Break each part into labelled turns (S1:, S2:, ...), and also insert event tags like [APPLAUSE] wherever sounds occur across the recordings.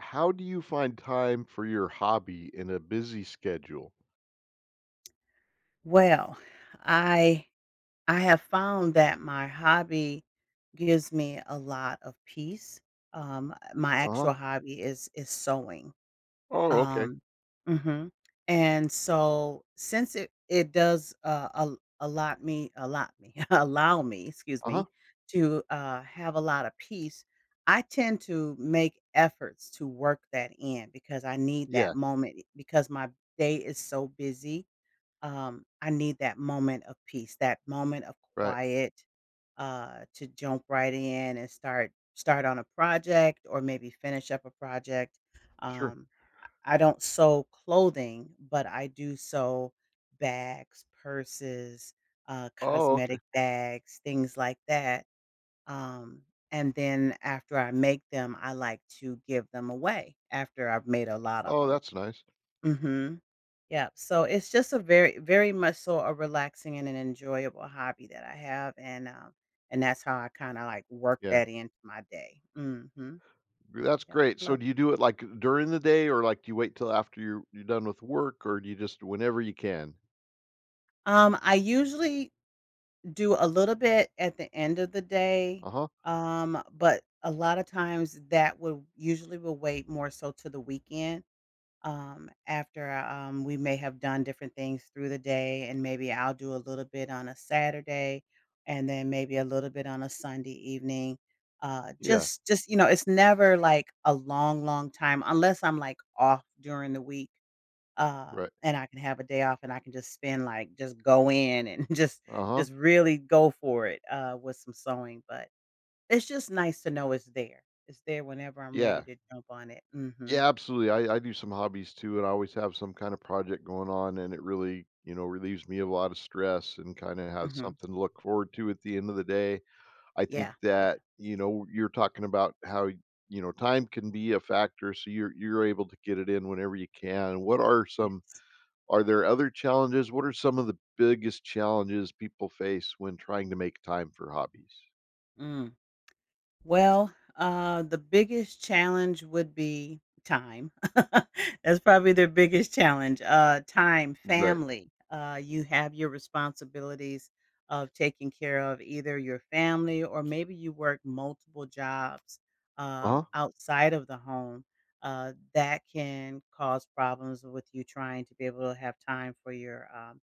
S1: How do you find time for your hobby in a busy schedule?
S2: Well, I I have found that my hobby gives me a lot of peace. My
S1: Uh-huh.
S2: actual hobby is sewing.
S1: Oh, okay.
S2: Um, mhm. And so since it does a allot me [LAUGHS] allow me, excuse
S1: Uh-huh.
S2: me, to have a lot of peace, I tend to make efforts to work that in because I need that
S1: Yeah,
S2: moment because my day is so busy, I need that moment of peace, that moment of
S1: right.
S2: quiet, to jump right in and start on a project or maybe finish up a project.
S1: Sure.
S2: Um, I don't sew clothing, but I do sew bags, purses,
S1: Oh, okay.
S2: cosmetic bags, things like that. Um, and then after I make them, I like to give them away after I've made a lot of
S1: Oh,
S2: them.
S1: that's nice.
S2: Hmm. Yeah, so it's just a very much so a relaxing and an enjoyable hobby that I have, and that's how I kinda, like, work
S1: Yeah.
S2: that into my day. Mhm.
S1: That's
S2: Yeah,
S1: great. So
S2: love.
S1: do you do it like during the day or like do you wait till after you're done with work or do you just whenever you can?
S2: I usually do a little bit at the end of the day,
S1: Uh-huh.
S2: but a lot of times that would usually will wait more so to the weekend, after we may have done different things through the day, and maybe I'll do a little bit on a Saturday, and then maybe a little bit on a Sunday evening.
S1: Yeah.
S2: Just you know, it's never like a long, long time unless I'm like off during the week,
S1: Right.
S2: and I can have a day off, and I can just spend like just go in and [LAUGHS]
S1: Uh-huh.
S2: just really go for it with some sewing. But it's just nice to know it's there. It's there whenever I'm ready
S1: Yeah.
S2: to jump on it. Hmm.
S1: Yeah, absolutely. I do some hobbies too, and I always have some kind of project going on, and it really, you know, relieves me of a lot of stress and kind of has
S2: Hmm.
S1: something to look forward to at the end of the day. I think
S2: Yeah. Yeah.
S1: that, you know, you're talking about how, you know, time can be a factor, so you're able to get it in whenever you can. What are
S2: Yeah.
S1: some are there other challenges? What are some of the biggest challenges people face when trying to make time for hobbies?
S2: Mm. Well, the biggest challenge would be time. [LAUGHS] That's probably their biggest challenge. Time,
S1: Right.
S2: family. You have your responsibilities of taking care of either your family or maybe you work multiple jobs
S1: Uh-huh.
S2: outside of the home. That can cause problems with you trying to be able to have time for your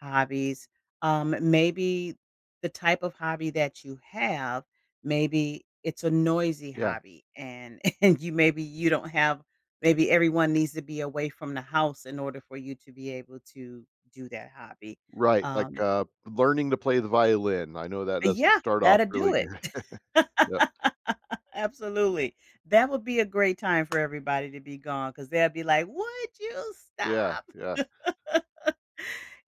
S2: hobbies. Maybe the type of hobby that you have. Maybe it's a noisy
S1: Yeah.
S2: hobby, and [LAUGHS] and you maybe you don't have, maybe everyone needs to be away from the house in order for you to be able to do that hobby.
S1: Right, like,
S2: Um,
S1: learning to play the violin. I know that doesn't
S2: yeah,
S1: start off
S2: that'll
S1: really
S2: do it.
S1: good. [LAUGHS] Yeah.
S2: [LAUGHS] Absolutely. That would be a great time for everybody to be gone because they'll be like, would you
S1: Yeah,
S2: stop?
S1: yeah.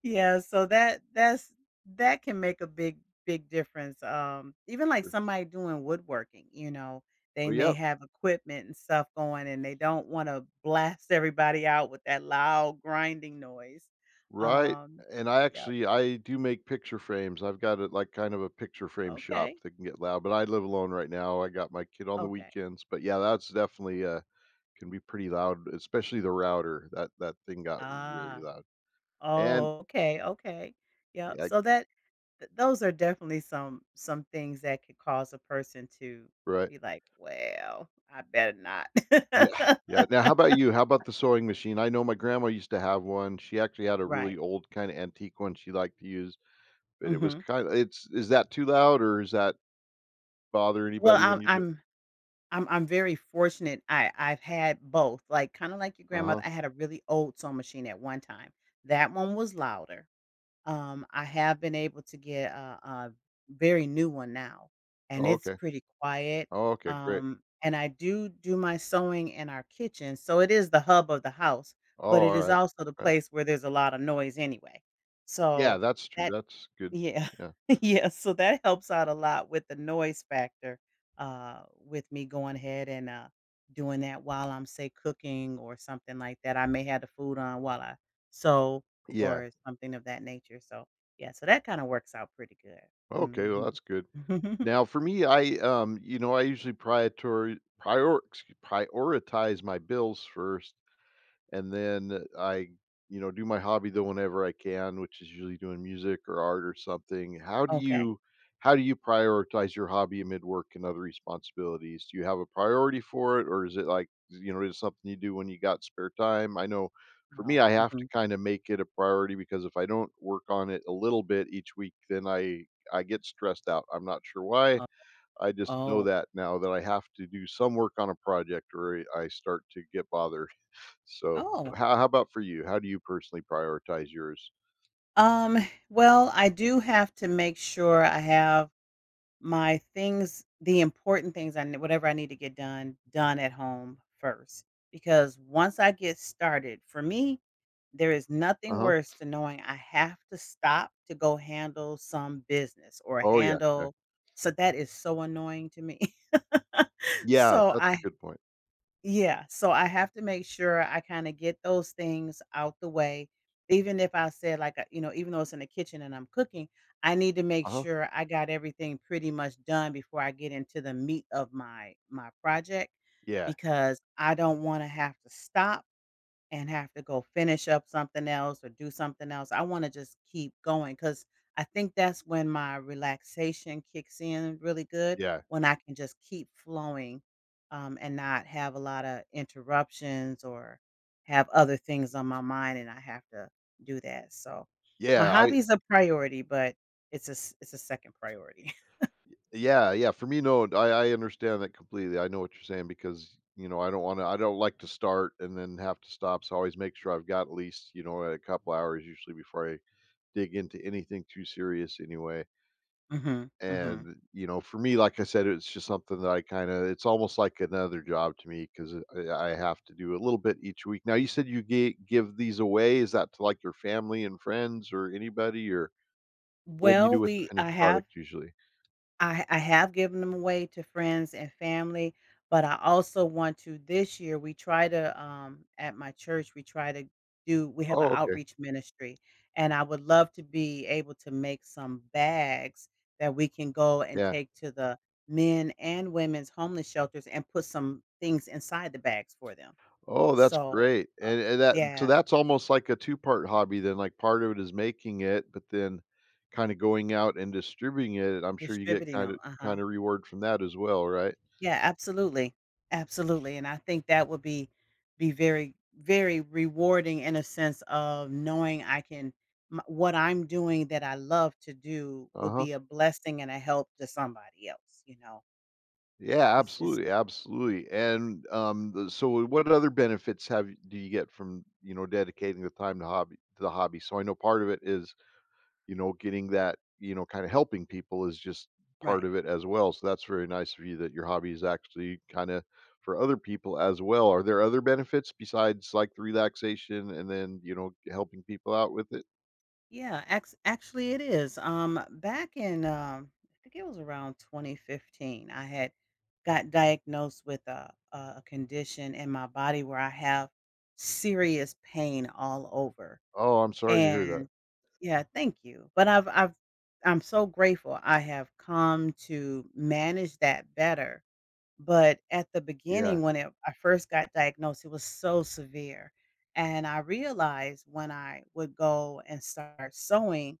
S2: Yeah, so that's that can make a big difference. Even like
S1: Sure.
S2: somebody doing woodworking, you know,
S1: But
S2: they may
S1: yeah,
S2: have equipment and stuff going, and they don't want to blast everybody out with that loud grinding noise.
S1: right,
S2: Um,
S1: and I
S2: yep.
S1: actually I do make picture frames. I've got it like kind of a picture frame shop
S2: Okay.
S1: that can get loud, but I live alone right now. I got my kid on the
S2: Okay.
S1: weekends, but yeah, that's definitely can be pretty loud, especially the router. That thing got really
S2: Ah.
S1: loud. And
S2: Oh. Okay. Okay. Yep.
S1: yeah,
S2: So that those are definitely some things that could cause a person to
S1: right.
S2: be like, well, I better not.
S1: Yeah. Yeah. Now how
S2: [LAUGHS]
S1: about you? How about the sewing machine? I know my grandma used to have one. She actually had a
S2: Right.
S1: really old kind of antique one she liked to use, but it was
S2: Mhm.
S1: kind of it's is that too loud or is that bother
S2: Well,
S1: anybody when
S2: I'm
S1: you do it?
S2: I'm I'm very fortunate. I I've had both. Like, kinda like your
S1: Uh-huh.
S2: grandmother, I had a really old sewing machine at one time. That one was louder. I have been able to get a very new one now, and
S1: Oh,
S2: it's
S1: okay.
S2: pretty quiet.
S1: Oh, okay. Great.
S2: And I do do my sewing in our kitchen, so it is the hub of the house, but
S1: Oh,
S2: it is
S1: alright,
S2: also the
S1: right. Right.
S2: place where there's a lot of noise anyway.
S1: Yeah,
S2: So,
S1: that's true,
S2: that.
S1: that's good.
S2: Yeah.
S1: Yeah.
S2: [LAUGHS] Yeah, so that helps out a lot with the noise factor, with me going ahead and, doing that while I'm, say, cooking or something like that. I may have the food on while I sew
S1: Yeah.
S2: or something of that nature, so, yeah, so that kinda works out pretty good.
S1: Okay, well,
S2: Mhm.
S1: that's good.
S2: [LAUGHS]
S1: Now for me, I, you know, I usually prioritize prior excuse prioritize my bills first, and then I, you know, do my hobby though whenever I can, which is usually doing music or art or something.
S2: Okay.
S1: How do you prioritize your hobby amid work and other responsibilities? Do you have a priority for it, or is it like, you know, is it something you do when you got spare time? I know for me
S2: Oh,
S1: I have to
S2: mhm.
S1: kind of make it a priority because if I don't work on it a little bit each week, then I get stressed out. I'm not sure why.
S2: Oh,
S1: I just know
S2: oh,
S1: that now that I have to do some work on a project or I start to get bothered. So,
S2: oh.
S1: how about for you? How do you personally prioritize yours?
S2: Um, well, I do have to make sure I have my things, the important things I nee whatever I need to get done, done at home first, because once I get started for me, there is nothing
S1: Uh-huh.
S2: worse than knowing I have to stop to go handle some business or
S1: Oh, yeah, yeah.
S2: handle, so that is so annoying to me. [LAUGHS]
S1: Yeah,
S2: So
S1: that's a
S2: I
S1: good point.
S2: yeah, so I have to make sure I kinda get those things out the way. Even if I said, like, you know, even though it's in the kitchen and I'm cooking, I need to make
S1: Uh-huh.
S2: sure I got everything pretty much done before I get into the meat of my project
S1: Yeah,
S2: because I don't wanna have to stop and have to go finish up something else or do something else. I wanna just keep going because I think that's when my relaxation kicks in really good,
S1: yeah,
S2: when I can just keep flowing, and not have a lot of interruptions or have other things on my mind, and I have to do that, so my
S1: yeah, I
S2: hobby is a priority, but it's a 2nd priority. [LAUGHS]
S1: yeah, yeah, for me, no, I understand that completely. I know what you're saying because, you know, I don't like to start and then have to stop, so I always make sure I've got at least, you know, a couple hours usually before I dig into anything too serious anyway.
S2: Mhm, mhm.
S1: And, you know, for me, like I said, it's just something that I kind of, it's almost like another job to me because I have to do a little bit each week. Now, you said you give these away. Is that to like your family and friends or anybody, or what do you do
S2: Well,
S1: with the
S2: we
S1: finished
S2: I
S1: product
S2: have.
S1: usually?
S2: I have given them away to friends and family, but I also want to, this year, we try to, at my church, we try to do we have an
S1: Oh, okay.
S2: outreach ministry, and I would love to be able to make some bags that we can go and
S1: Yeah.
S2: take to the men and women's homeless shelters and put some things inside the bags for them.
S1: Oh, that's
S2: So,
S1: great.
S2: uh
S1: And that, so
S2: yeah,
S1: that's almost like a two-part hobby then. Like part of it is making it, but then kind of going out and distributing it. I'm sure you get
S2: distributing 'em. Uh-huh.
S1: kind of reward from that as well, right?
S2: Yeah, absolutely. Absolutely, and I think that would be very, very rewarding in a sense of knowing I can m what I'm doing that I love to do
S1: Uh
S2: will
S1: huh.
S2: be a blessing and a help to somebody else, you know?
S1: Yeah,
S2: It's
S1: absolutely, absolutely. And what other benefits have do you get from, you know, dedicating the time to hobby to the hobby? So I know part of it is, you know, getting that, you know, kind of helping people is just part
S2: right.
S1: of it as well. So that's very nice of you that your hobby is actually kind of for other people as well. Are there other benefits besides like the relaxation and then, you know, helping people out with it?
S2: Yeah, ax actually it is. Back in, I think it was around 2015, I had got diagnosed with a condition in my body where I have serious pain all over.
S1: Oh, I'm sorry to hear that.
S2: And yeah, thank you. But I've I'm so grateful I have come to manage that better. But at the
S1: Yeah,
S2: beginning when it, I first got diagnosed, it was so severe. And I realized when I would go and start sewing,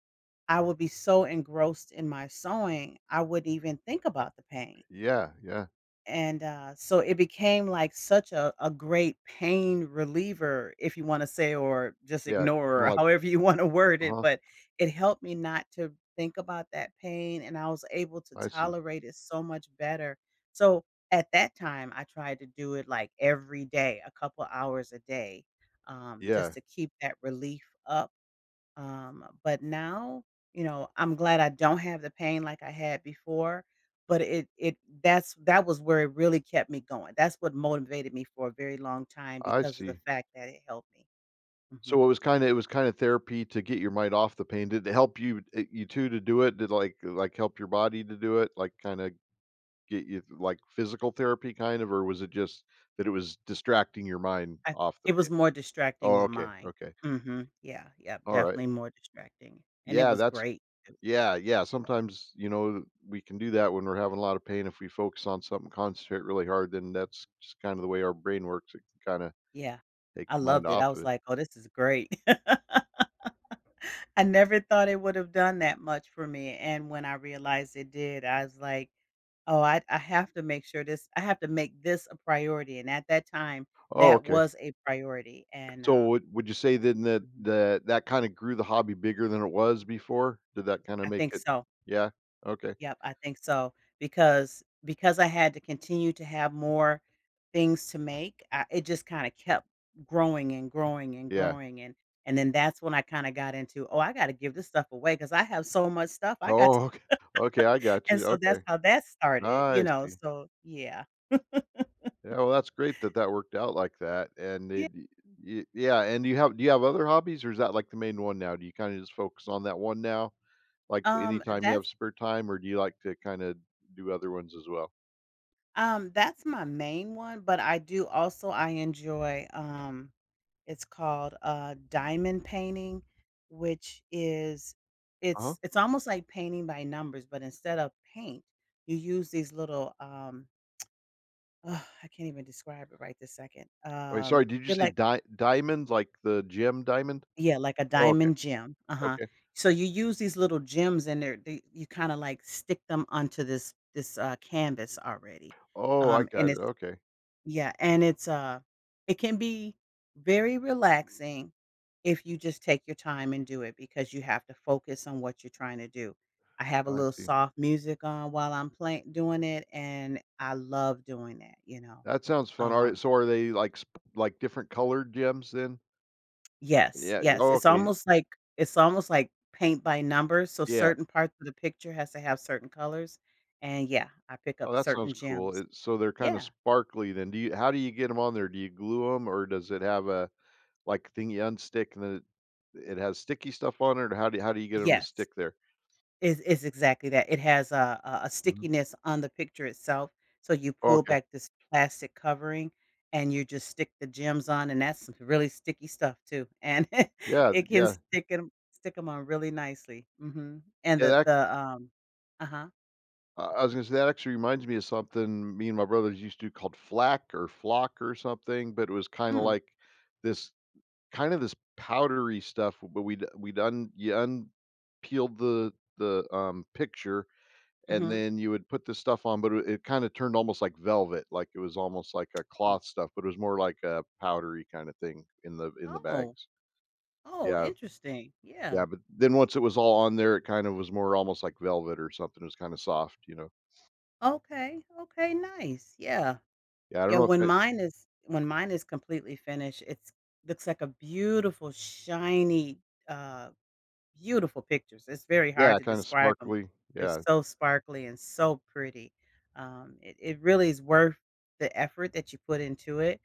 S2: I would be so engrossed in my sewing, I wouldn't even think about the pain.
S1: yeah, yeah,
S2: And, so it became like such a great pain reliever, if you wanna say, or just
S1: yeah. Kind of
S2: ignore, or [LAUGHS]
S1: like,
S2: however you wanna word it,
S1: huh?
S2: but it helped me not to think about that pain, and I was able to
S1: I see.
S2: tolerate it so much better. So, at that time, I tried to do it, like, every day, a couple hours a day, just
S1: Yeah,
S2: to keep that relief up. But now, you know, I'm glad I don't have the pain like I had before, but it that was where it really kept me going. That's what motivated me for a very long time
S1: I
S2: because of the
S1: see.
S2: fact that it helped me.
S1: So
S2: Mhm.
S1: it was kinda therapy to get your mind off the pain. Did it help you you too to do it? Did, help your body to do it? Like, kinda get you like, physical therapy kind of, or was it just that it was distracting your mind
S2: I
S1: off the
S2: it was
S1: pain?
S2: more distracting
S1: Oh,
S2: my
S1: okay,
S2: mind.
S1: okay.
S2: Mhm. Yeah, yep,
S1: Alright.
S2: definitely more distracting. And it
S1: Yeah,
S2: was
S1: that's
S2: great.
S1: yeah, yeah, sometimes, you know, we can do that when we're having a lot of pain. If we focus on something, concentrate really hard, then that's just kinda the way our brain works. It can kinda
S2: Yeah.
S1: take
S2: I
S1: the mind
S2: loved it.
S1: off
S2: I
S1: of
S2: was
S1: it.
S2: like, "Oh, this is great." [LAUGHS] I never thought it would have done that much for me, and when I realized it did, I was like, oh, I have to make sure this I have to make this a priority, and at that time,
S1: Oh,
S2: that
S1: okay.
S2: was a priority, and,
S1: So would you say then that
S2: mhm.
S1: that kinda grew the hobby bigger than it was before? Did that kinda
S2: I
S1: make
S2: think
S1: it
S2: so.
S1: yeah? Okay.
S2: Yep, I think so, because I had to continue to have more things to make, I it just kinda kept growing and growing and
S1: Yeah.
S2: growing, and then that's when I kinda got into, "Oh, I gotta give this stuff away because I have so much stuff, I got" to,
S1: Oh, okay. Okay, I
S2: [LAUGHS]
S1: got
S2: and
S1: you.
S2: so that's
S1: Okay.
S2: how that started, you
S1: I
S2: know,
S1: see.
S2: so yeah.
S1: Yeah, well, that's great that that worked out like that, and
S2: Yeah,
S1: it y yeah, and do you have other hobbies, or is that, like, the main one now? Do you kinda just focus on that one now? Like,
S2: um,
S1: anytime you have
S2: that's
S1: spare time, or do you like to kinda do other ones as well?
S2: That's my main one, but I do also I enjoy, it's called, diamond painting, which is
S1: Uh-huh.
S2: it's almost like painting by numbers, but instead of paint, you use these little, ugh, I can't even describe it right this second.
S1: Wait, sorry, did you
S2: They're
S1: say
S2: like
S1: di diamond, like the gem diamond?
S2: yeah, like a
S1: Oh, okay.
S2: diamond gem, uh-huh.
S1: Okay.
S2: So you use these little gems and they're they you kinda like stick them onto this canvas already,
S1: Oh, I
S2: and
S1: got it.
S2: it's
S1: Okay,
S2: yeah, and it's, it can be very relaxing if you just take your time and do it because you have to focus on what you're trying to do. I have a
S1: I
S2: little
S1: see.
S2: soft music on while I'm playing doing it, and I love doing that, you know?
S1: That sounds fun. Are
S2: Um.
S1: so are they like sp like different colored gems then?
S2: Yes,
S1: Yeah.
S2: yes,
S1: Oh, okay.
S2: it's almost like paint by numbers, so
S1: Yeah.
S2: certain parts of the picture has to have certain colors, and yeah, I pick
S1: Oh,
S2: up
S1: that sounds
S2: certain
S1: cool.
S2: gems.
S1: It, so they're kind of
S2: Yeah.
S1: sparkly then. Do you how do you get them on there? Do you glue them, or does it have a like thing you unstick and then it has sticky stuff on it or how do you get them to
S2: Yes.
S1: stick there?
S2: Is exactly that. It has a
S1: Mhm.
S2: stickiness on the picture itself, so you pull
S1: Okay.
S2: back this plastic covering, and you just stick the gems on, and that's some really sticky stuff too, and [LAUGHS]
S1: Yeah,
S2: it can
S1: yeah.
S2: stick them on really nicely. Mhm, and
S1: Yeah,
S2: the
S1: that
S2: the, um. Uh-huh.
S1: I was gonna say that actually reminds me of something me and my brothers used to do called flack or flock or something, but it was kinda
S2: Mm,
S1: like this kind of this powdery stuff, but we'd we'd un you unpeeled the, picture, and
S2: mhm.
S1: then you would put this stuff on, but it kinda turned almost like velvet, like it was almost like a
S2: Oh,
S1: cloth stuff, but it was more like a powdery kinda thing in the
S2: oh,
S1: bags.
S2: oh,
S1: Yeah,
S2: interesting. Yeah.
S1: yeah, but then once it was all on there, it kind of was more almost like velvet or something, it was kinda soft, you know?
S2: Okay, okay, nice. Yeah.
S1: Yeah, I don't
S2: Yeah,
S1: know if that
S2: when mine is completely finished, it's looks like a beautiful shiny, uh. Beautiful pictures, it's very hard
S1: yeah,
S2: to
S1: kinda
S2: describe them. 'Em.
S1: sparkly,
S2: They're
S1: yeah,
S2: so sparkly and so pretty. It it really is worth the effort that you put into it,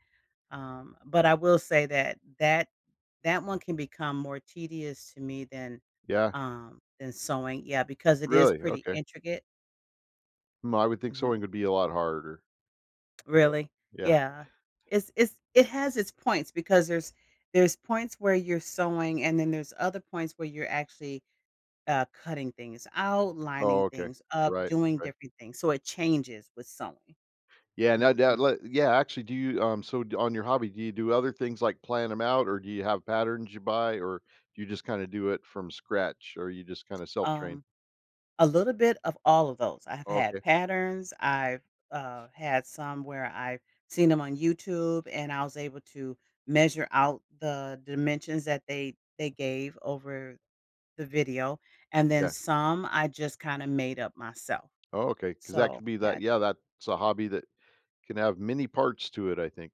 S2: but I will say that one can become more tedious to me
S1: yeah,
S2: than sewing, yeah, because it is
S1: really?
S2: pretty
S1: Okay.
S2: intricate.
S1: Hmm, I would think
S2: Mhm.
S1: sewing would be a lot harder, but
S2: Really?
S1: yeah.
S2: Yeah. It's it has its points because there's points where you're sewing and then there's other points where you're actually, cutting things out, lining
S1: Oh, okay.
S2: things up,
S1: Right,
S2: doing
S1: right.
S2: different things, so it changes with sewing.
S1: Yeah, no doubt.
S2: Mhm.
S1: Let yeah, actually, do you, so d on your hobby, do you do other things like plan them out, or do you have patterns you buy, or do you just kinda do it from scratch, or you just kinda self-train?
S2: Um, a little bit of all of those. I've
S1: Oh,
S2: had
S1: okay,
S2: patterns, I've, had some where I've seen them on YouTube, and I was able to measure out the dimensions that they gave over the video, and then
S1: yeah.
S2: some I just kinda made up myself.
S1: Oh, okay, because that
S2: So,
S1: could be that
S2: yeah.
S1: yeah, that's a hobby that can have many parts to it, I think.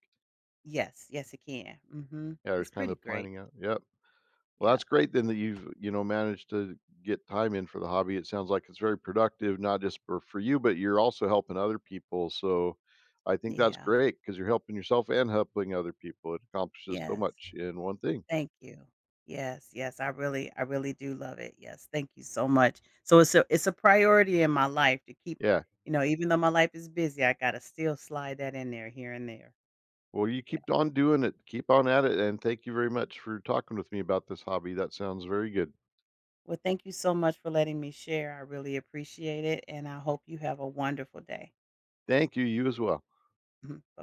S2: Yes, yes, it can. Mhm.
S1: Yeah, there's
S2: It's
S1: kind
S2: pretty
S1: of
S2: great.
S1: planning out, yep. Well,
S2: Yeah.
S1: that's great then that you've, you know, managed to get time in for the hobby. It sounds like it's very productive, not just for you, but you're also helping other people. So I think that's
S2: Yeah.
S1: great because you're helping yourself and helping other people. It accomplishes so
S2: Yes.
S1: much in one thing.
S2: Thank you. Yes, yes, I really do love it. Yes, thank you so much. So it's a priority in my life to keep,
S1: Yeah.
S2: you know, even though my life is busy, I gotta still slide that in there here and there.
S1: Well, you keep on doing it, keep on at it. And thank you very much for talking with me about this hobby. That sounds very good.
S2: Well, thank you so much for letting me share. I really appreciate it, and I hope you have a wonderful day.
S1: Thank you. You as well.
S2: [LAUGHS] Bye.